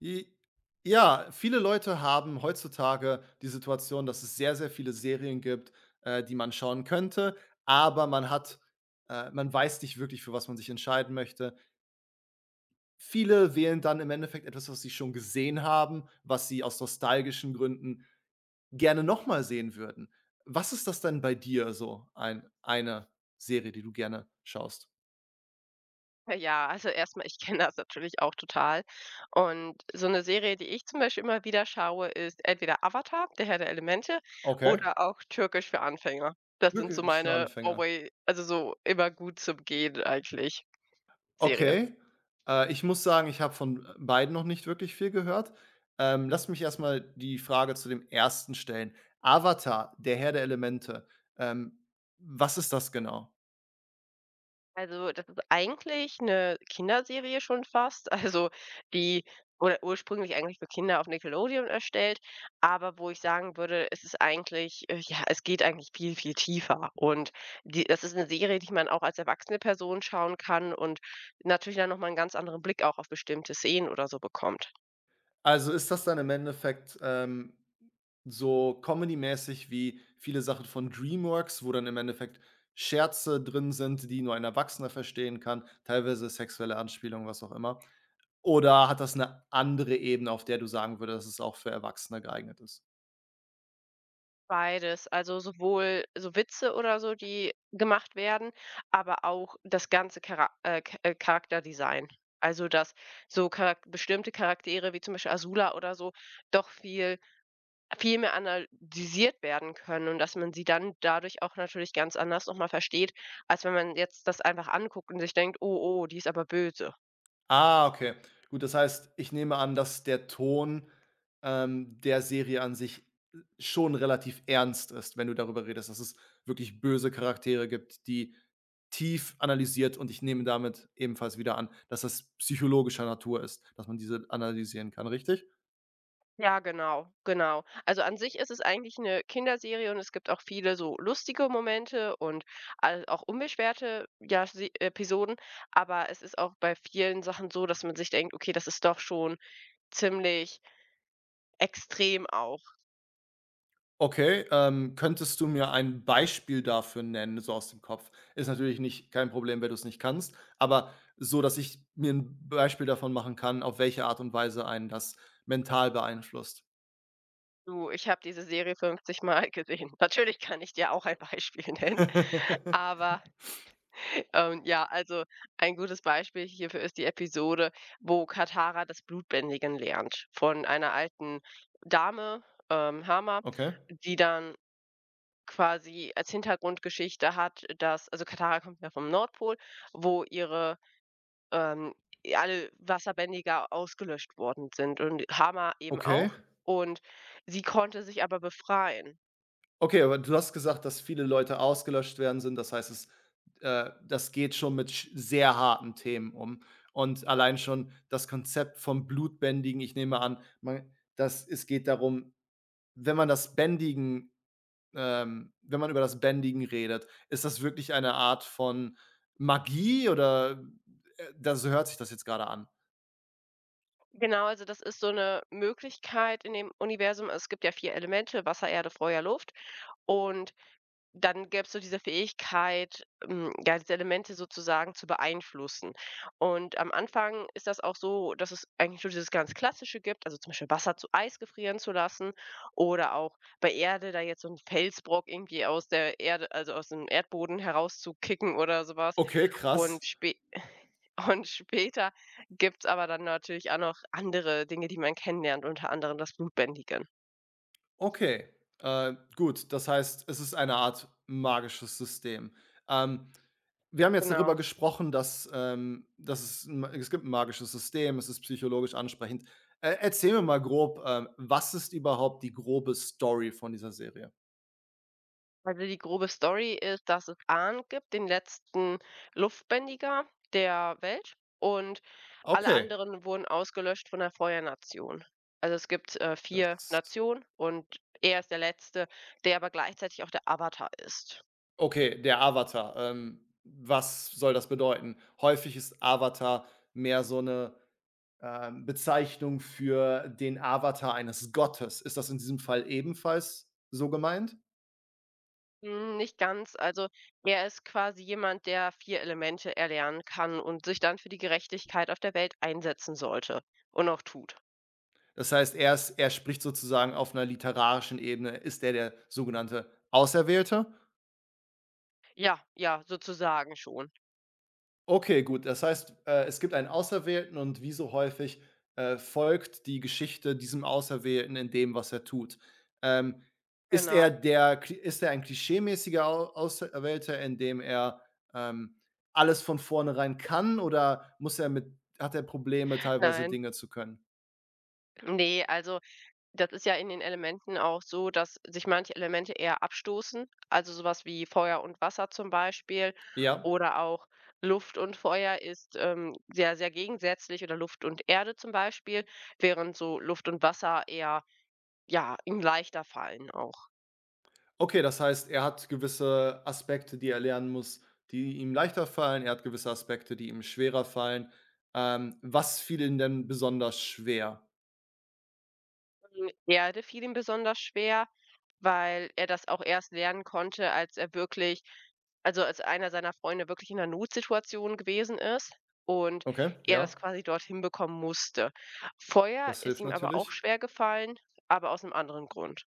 J ja, viele Leute haben heutzutage die Situation, dass es sehr, sehr viele Serien gibt, die man schauen könnte, aber man hat man weiß nicht wirklich, für was man sich entscheiden möchte. Viele wählen dann im Endeffekt etwas, was sie schon gesehen haben, was sie aus nostalgischen Gründen gerne noch mal sehen würden. Was ist das denn bei dir so eine Serie, die du gerne schaust? Ja, also erstmal ich kenne das natürlich auch total. Und so eine Serie, die ich zum Beispiel immer wieder schaue, ist entweder Avatar, der Herr der Elemente Okay, oder auch Türkisch für Anfänger. Das sind so wirklich für meine Anfänger. Alway also so immer gut zum Gehen eigentlich Serien. Okay. Ich muss sagen, ich habe von, beiden noch nicht wirklich viel gehört. Lass mich erst mal die Frage zu dem ersten stellen. Avatar, der Herr der Elemente, ähm, was ist das genau? Also, das ist eigentlich eine Kinderserie schon fast. Also, die wurde ursprünglich eigentlich für Kinder auf Nickelodeon erstellt, aber wo ich sagen würde, es ist eigentlich ja, es geht eigentlich viel, viel tiefer. Und die das ist eine Serie, die man auch als erwachsene Person schauen kann und natürlich dann noch mal 'n ganz anderen Blick auch auf bestimmte Szenen oder so bekommt. Also, ist das dann im Endeffekt, so comedy-mäßig wie viele Sachen von Dreamworks, wo dann im Endeffekt Scherze drin sind, die nur ein Erwachsener verstehen kann, teilweise sexuelle Anspielungen, was auch immer? Oder hat das eine andere Ebene, auf der du sagen würdest, dass es auch für Erwachsene geeignet ist? Beides, also sowohl so Witze oder so, die gemacht werden, aber auch das ganze Charakterdesign. Also, dass so Charak bestimmte Charaktere wie zum Beispiel Azula oder so doch viel viel mehr analysiert werden können und dass man sie dann dadurch auch natürlich ganz anders nochmal versteht, als wenn man jetzt das einfach anguckt und sich denkt: „Oh, oh, die ist aber böse.“ Ah, okay. Gut, das heißt, ich nehme an, dass der Ton, der Serie an sich schon relativ ernst ist, wenn du darüber redest, dass es wirklich böse Charaktere gibt, die tief analysiert und ich nehme damit ebenfalls wieder an, dass das psychologischer Natur ist, dass man diese analysieren kann, richtig? Ja, genau, genau. Also, an sich ist es eigentlich eine Kinderserie und es gibt auch viele so lustige Momente und all auch unbeschwerte, ja, se Episoden, aber es ist auch bei vielen Sachen so, dass man sich denkt: „Okay, das ist doch schon ziemlich extrem auch.“ Okay, könntest du mir ein Beispiel dafür nennen, so aus dem Kopf? Ist natürlich nicht kein Problem, wenn du es nicht kannst, aber so, dass ich mir ein Beispiel davon machen kann, auf welche Art und Weise einen das mental beeinflusst. Du, ich habe diese Serie 50 Mal gesehen. Natürlich kann ich dir auch ein Beispiel nennen, aber ja, also ein gutes Beispiel hierfür ist die Episode, wo Katara das Blutbändigen lernt von einer alten Dame, Hama, Okay, die dann quasi als Hintergrundgeschichte hat, dass also Katara kommt ja vom Nordpol, wo ihre ähm, alle Wasserbändiger ausgelöscht worden sind und Hama eben auch. okay. Und sie konnte sich aber befreien. Okay, aber du hast gesagt, dass viele Leute ausgelöscht werden sind. Das heißt, es das geht schon mit sch sehr harten Themen um. Und allein schon das Konzept vom Blutbändigen, ich nehme an, man das es geht darum, wenn man das Bändigen. Wenn man über das Bändigen redet, ist das wirklich eine Art von Magie oder, da so hört sich das jetzt gerade an. Genau, also das ist so eine Möglichkeit in dem Universum. Es gibt ja vier Elemente, Wasser, Erde, Feuer, Luft. Und dann gäbe es so diese Fähigkeit, ja, diese Elemente sozusagen zu beeinflussen. Und am Anfang ist das auch so, dass es eigentlich nur dieses ganz Klassische gibt, also zum Beispiel Wasser zu Eis gefrieren zu lassen oder auch bei Erde da jetzt so 'n Felsbrock irgendwie aus der Erde also aus dem Erdboden herauszukicken oder sowas. Okay, krass. Und spä und später gibt's aber dann natürlich auch noch andere Dinge, die man kennenlernt, unter anderem das Blutbändigen. Okay, gut, das heißt, es ist eine Art magisches System. Ähm, Wir haben jetzt darüber Genau. gesprochen, dass, dass es gibt ein magisches System, es ist psychologisch ansprechend. Erzähl mir mal grob, was ist überhaupt die grobe Story von dieser Serie? Also, die grobe Story ist, dass es Ahn gibt, den letzten Luftbändiger der Welt, und alle Okay, anderen wurden ausgelöscht von der Feuernation. Also, es gibt, vier das Nationen und er ist der Letzte, der aber gleichzeitig auch der Avatar ist. Okay, der Avatar. Was soll das bedeuten? Häufig ist Avatar mehr so eine Bezeichnung für den Avatar eines Gottes. Ist das in diesem Fall ebenfalls so gemeint? Nicht ganz. Also, er ist quasi jemand, der 4 Elemente erlernen kann und sich dann für die Gerechtigkeit auf der Welt einsetzen sollte und auch tut. Das heißt, er spricht sozusagen auf einer literarischen Ebene ist er der sogenannte Auserwählte. Ja, ja, sozusagen schon. Okay, gut. Das heißt, es gibt einen Auserwählten und wie so häufig, folgt die Geschichte diesem Auserwählten in dem, was er tut. Ähm, Genau. Ist er ein klischeemäßiger Au Auserwählter, in dem er, ähm, alles von vornherein kann oder muss er mit hat er Probleme, teilweise Nein, Dinge zu können? nee, also das ist ja in den Elementen auch so, dass sich manche Elemente eher abstoßen, also sowas wie Feuer und Wasser zum Beispiel Ja. oder auch Luft und Feuer ist, sehr, sehr gegensätzlich oder Luft und Erde zum Beispiel, während so Luft und Wasser eher, ja, in leichter fallen auch. Okay, das heißt, er hat gewisse Aspekte, die er lernen muss, die ihm leichter fallen. Er hat gewisse Aspekte, die ihm schwerer fallen. Was fiel ihm denn besonders schwer? Erde fiel ihm besonders schwer, weil er das auch erst lernen konnte, als er wirklich also als einer seiner Freunde wirklich in einer Notsituation gewesen ist und Okay, er das ja, quasi dort hinbekommen musste. Feuer das ist hilft ihm aber auch natürlich. schwer gefallen, aber aus einem anderen Grund.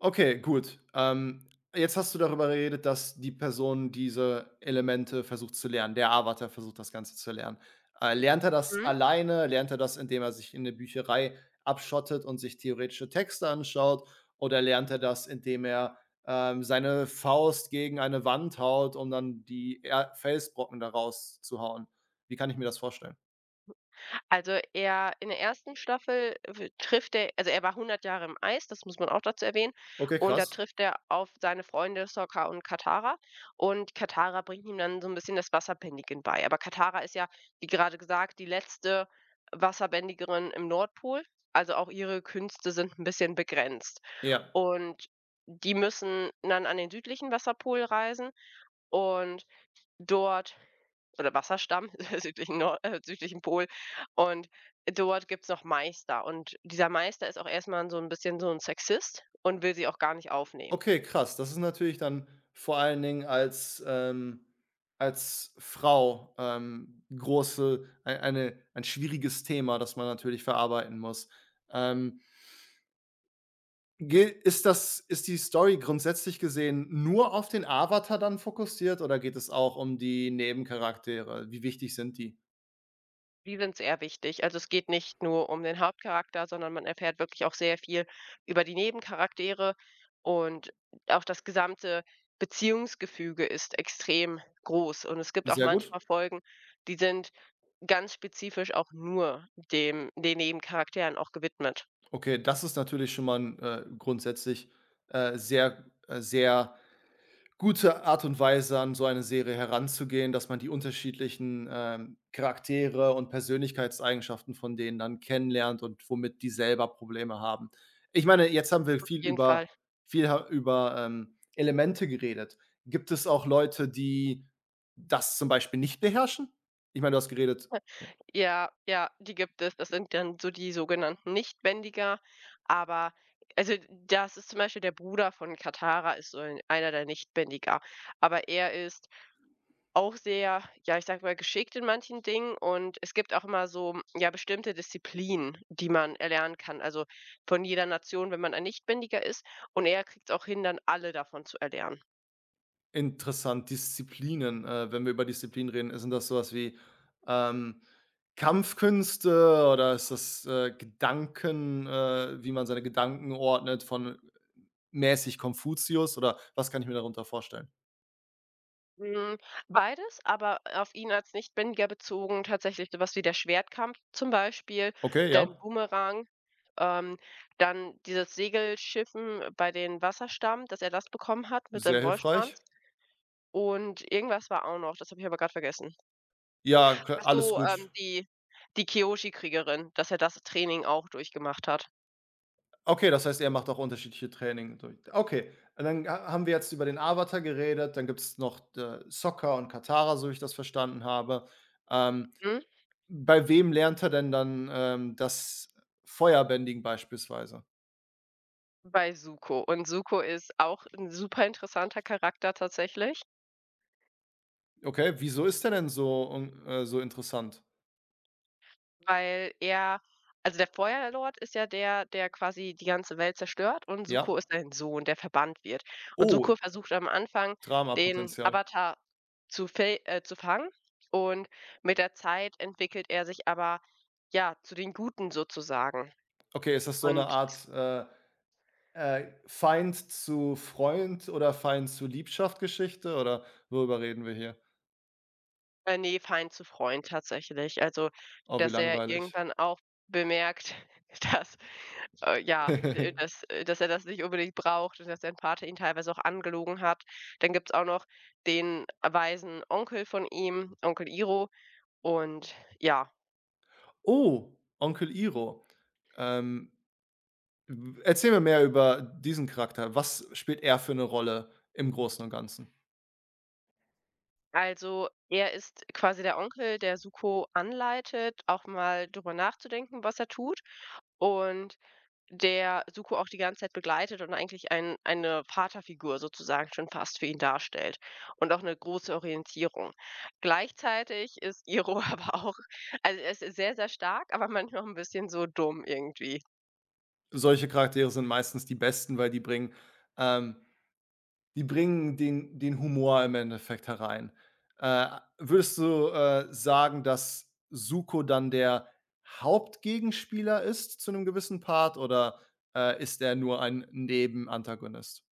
Okay, gut. Jetzt hast du darüber geredet, dass die Person diese Elemente versucht zu lernen. Der Avatar versucht, das Ganze zu lernen. Lernt er das Mhm. alleine? Lernt er das, indem er sich in 'ne Bücherei abschottet und sich theoretische Texte anschaut? Oder lernt er das, indem er, seine Faust gegen eine Wand haut, um dann die er Felsbrocken daraus zu hauen? Wie kann ich mir das vorstellen? Also, er in der ersten Staffel w trifft er also, er war 100 Jahre im Eis, das muss man auch dazu erwähnen. Okay, Und da krass. trifft er auf seine Freunde Sokka und Katara. Und Katara bringt ihm dann so ein bisschen das Wasserbändigen bei. Aber Katara ist ja, wie gerade gesagt, die letzte Wasserbändigerin im Nordpol. Also, auch ihre Künste sind ein bisschen begrenzt. Ja. Und die müssen dann an den südlichen Wasserpol reisen und dort oder Wasserstamm südlichen Nor südlichen Pol. Und dort gibt es noch Meister. Und dieser Meister ist auch erstmal so ein bisschen so ein Sexist und will sie auch gar nicht aufnehmen. Okay, krass. Das ist natürlich dann vor allen Dingen als, als Frau, große ei eine ein schwieriges Thema, das man natürlich verarbeiten muss. Ähm, gel ist das ist die Story grundsätzlich gesehen nur auf den Avatar dann fokussiert oder geht es auch um die Nebencharaktere? Wie wichtig sind die? Die sind sehr wichtig. Also, es geht nicht nur um den Hauptcharakter, sondern man erfährt wirklich auch sehr viel über die Nebencharaktere und auch das gesamte Beziehungsgefüge ist extrem groß. Und es gibt auch Sehr gut. manchmal Folgen, die sind ganz spezifisch auch nur dem den Nebencharakteren auch gewidmet. Okay, das ist natürlich schon mal 'n, grundsätzlich, sehr, sehr gute Art und Weise, an so eine Serie heranzugehen, dass man die unterschiedlichen, Charaktere und Persönlichkeitseigenschaften von denen dann kennenlernt und womit die selber Probleme haben. Ich meine, jetzt haben wir Auf viel jeden über Fall. viel ha über, Elemente geredet. Gibt es auch Leute, die das zum Beispiel nicht beherrschen? Ich meine, du hast geredet. Ja, ja, die gibt es. Das sind dann so die sogenannten Nichtbändiger. Aber also das ist zum Beispiel der Bruder von Katara ist so einer der Nichtbändiger. Aber er ist auch sehr, ja, ich sag mal, geschickt in manchen Dingen und es gibt auch immer so, ja, bestimmte Disziplinen, die man erlernen kann. Also von jeder Nation, wenn man ein Nichtbändiger ist. Und er kriegt es auch hin, dann alle davon zu erlernen. Interessant, Disziplinen. Wenn wir über Disziplinen reden, sind das sowas wie, ähm, Kampfkünste oder ist das, Gedanken wie man seine Gedanken ordnet von mäßig Konfuzius oder was kann ich mir darunter vorstellen? Hm, beides, aber auf ihn als Nichtbändiger bezogen tatsächlich so was wie der Schwertkampf zum Beispiel, Okay, den ja, Boomerang, ähm, dann dieses Segelschiffen bei den Wasserstamm, dass er das bekommen hat mit sehr seinem hilfreich. Wollschwanz und irgendwas war auch noch, das habe ich aber gerade vergessen. Ja, k Ach alles so, gut. Die Kyoshi-Kriegerin, dass er das Training auch durchgemacht hat. Okay, das heißt, er macht auch unterschiedliche Training durch. Okay, und dann ha haben wir jetzt über den Avatar geredet, dann gibt es noch, Soccer und Katara, so wie ich das verstanden habe. Ähm, Mhm. Bei wem lernt er denn dann, das Feuerbändigen beispielsweise? Bei Zuko und Zuko ist auch ein super interessanter Charakter tatsächlich. Okay, wieso ist der denn so interessant? Weil er also der Feuerlord ist ja der, der quasi die ganze Welt zerstört und Zuko Ja. ist sein Sohn, der verbannt wird. Und Oh, Zuko versucht am Anfang, den Dramapotenzial. Avatar zu fangen und mit der Zeit entwickelt er sich aber, ja, zu den Guten sozusagen. Okay, ist das so eine Und Art, Feind zu Freund oder Feind zu Liebschaft Geschichte oder worüber reden wir hier? Ne, Feind zu Freund tatsächlich. Also, Oh, wie dass er langweilig. irgendwann auch bemerkt, dass, dass er das nicht unbedingt braucht und dass sein Vater ihn teilweise auch angelogen hat. Dann gibt's auch noch den weisen Onkel von ihm, Onkel Iro. Und ja, Oh, Onkel Iro. Ähm, w erzähl mir mehr über diesen Charakter. Was spielt er für eine Rolle im Großen und Ganzen? also er ist quasi der Onkel, der Zuko anleitet, auch mal drüber nachzudenken, was er tut. Und der Suko auch die ganze Zeit begleitet und eigentlich eine Vaterfigur sozusagen schon fast für ihn darstellt und auch eine große Orientierung. Gleichzeitig ist Iro aber auch also, er ist sehr, sehr stark, aber manchmal auch ein bisschen so dumm irgendwie. Solche Charaktere sind meistens die besten, weil ähm, die bringen den Humor im Endeffekt herein. Äh, Würdest du, sagen, dass Zuko dann der Hauptgegenspieler ist zu einem gewissen Part oder, ist er nur ein Nebenantagonist?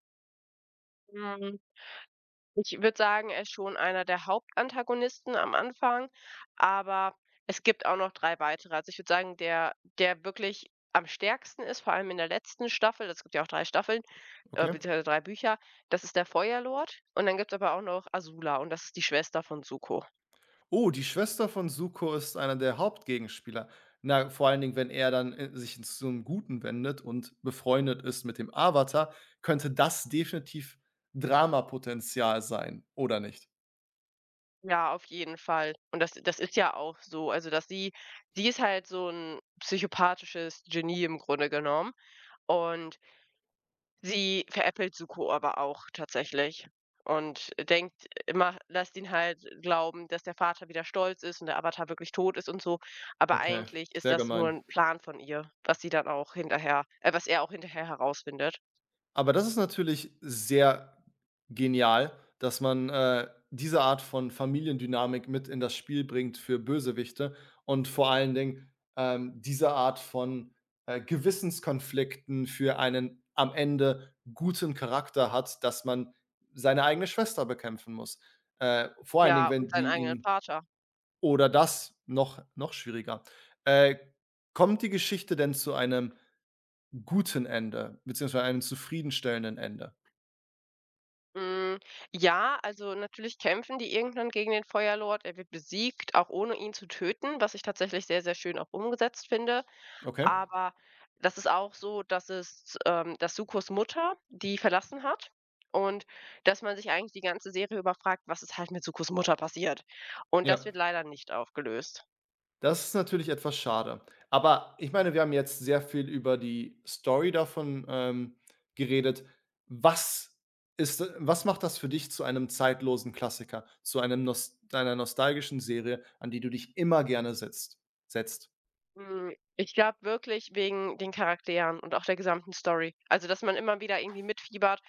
Ich würde sagen, er ist schon einer der Hauptantagonisten am Anfang, aber es gibt auch noch 3 weitere. Also, ich würde sagen, der wirklich am stärksten ist, vor allem in der letzten Staffel, es gibt ja auch 3 Staffeln, Okay. beziehungsweise drei Bücher, das ist der Feuerlord und dann gibt es aber auch noch Azula und das ist die Schwester von Zuko. Oh, die Schwester von Zuko ist einer der Hauptgegenspieler. Na, vor allen Dingen, wenn er dann, sich zu 'nem Guten wendet und befreundet ist mit dem Avatar, könnte das definitiv Dramapotenzial sein, oder nicht? Ja, auf jeden Fall. Und das ist ja auch so, also, dass sie ist halt so ein psychopathisches Genie im Grunde genommen und sie veräppelt Suko aber auch tatsächlich und denkt immer lässt ihn halt glauben, dass der Vater wieder stolz ist und der Avatar wirklich tot ist und so. Aber Okay, eigentlich ist sehr das nur gemein. ein Plan von ihr, was sie dann auch hinterher was er auch hinterher herausfindet. Aber das ist natürlich sehr genial, dass man, diese Art von Familiendynamik mit in das Spiel bringt für Bösewichte und vor allen Dingen, diese Art von, Gewissenskonflikten für einen am Ende guten Charakter hat, dass man seine eigene Schwester bekämpfen muss. Vor allen Dingen, Ja, wenn und seinen die eigenen ihn Vater. oder das noch schwieriger. Äh, Kommt die Geschichte denn zu einem guten Ende beziehungsweise einem zufriedenstellenden Ende? Hm, ja, also natürlich kämpfen die irgendwann gegen den Feuerlord. Er wird besiegt, auch ohne ihn zu töten, was ich tatsächlich sehr, sehr schön auch umgesetzt finde. Okay, Aber das ist auch so, dass es, dass Sukos Mutter die verlassen hat und dass man sich eigentlich die ganze Serie über fragt: „Was ist halt mit Sukos Mutter passiert?“ Und das ja. wird leider nicht aufgelöst. Das ist natürlich etwas schade. Aber ich meine, wir haben jetzt sehr viel über die Story davon, geredet. Was was macht das für dich zu einem zeitlosen Klassiker, zu einem nos einer nostalgischen Serie, an die du dich immer gerne setzt? Ich glaube wirklich wegen den Charakteren und auch der gesamten Story. Also, dass man immer wieder irgendwie mitfiebert.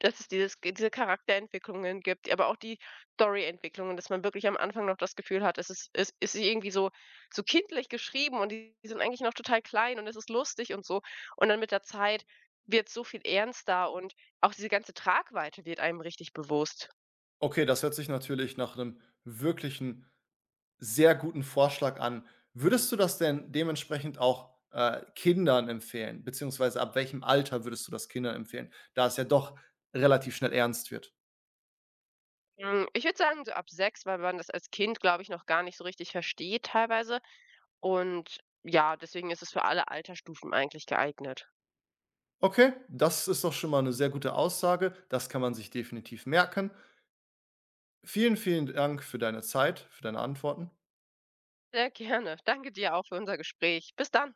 Dass es diese Charakterentwicklungen gibt, aber auch die Storyentwicklungen, dass man wirklich am Anfang noch das Gefühl hat, es ist irgendwie so so kindlich geschrieben und die sind eigentlich noch total klein und es ist lustig und so. Und dann mit der Zeit wird so viel ernster und auch diese ganze Tragweite wird einem richtig bewusst. Okay, das hört sich natürlich nach einem wirklichen sehr guten Vorschlag an. Würdest du das denn dementsprechend auch, Kindern empfehlen, beziehungsweise ab welchem Alter würdest du das Kindern empfehlen, da es ja doch relativ schnell ernst wird? Ich würde sagen, so ab 6, weil man das als Kind, glaube ich, noch gar nicht so richtig versteht teilweise. Und ja, deswegen ist es für alle Altersstufen eigentlich geeignet. Okay, das ist doch schon mal eine sehr gute Aussage. Das kann man sich definitiv merken. Vielen, vielen Dank für deine Zeit, für deine Antworten. Sehr gerne. Danke dir auch für unser Gespräch. Bis dann.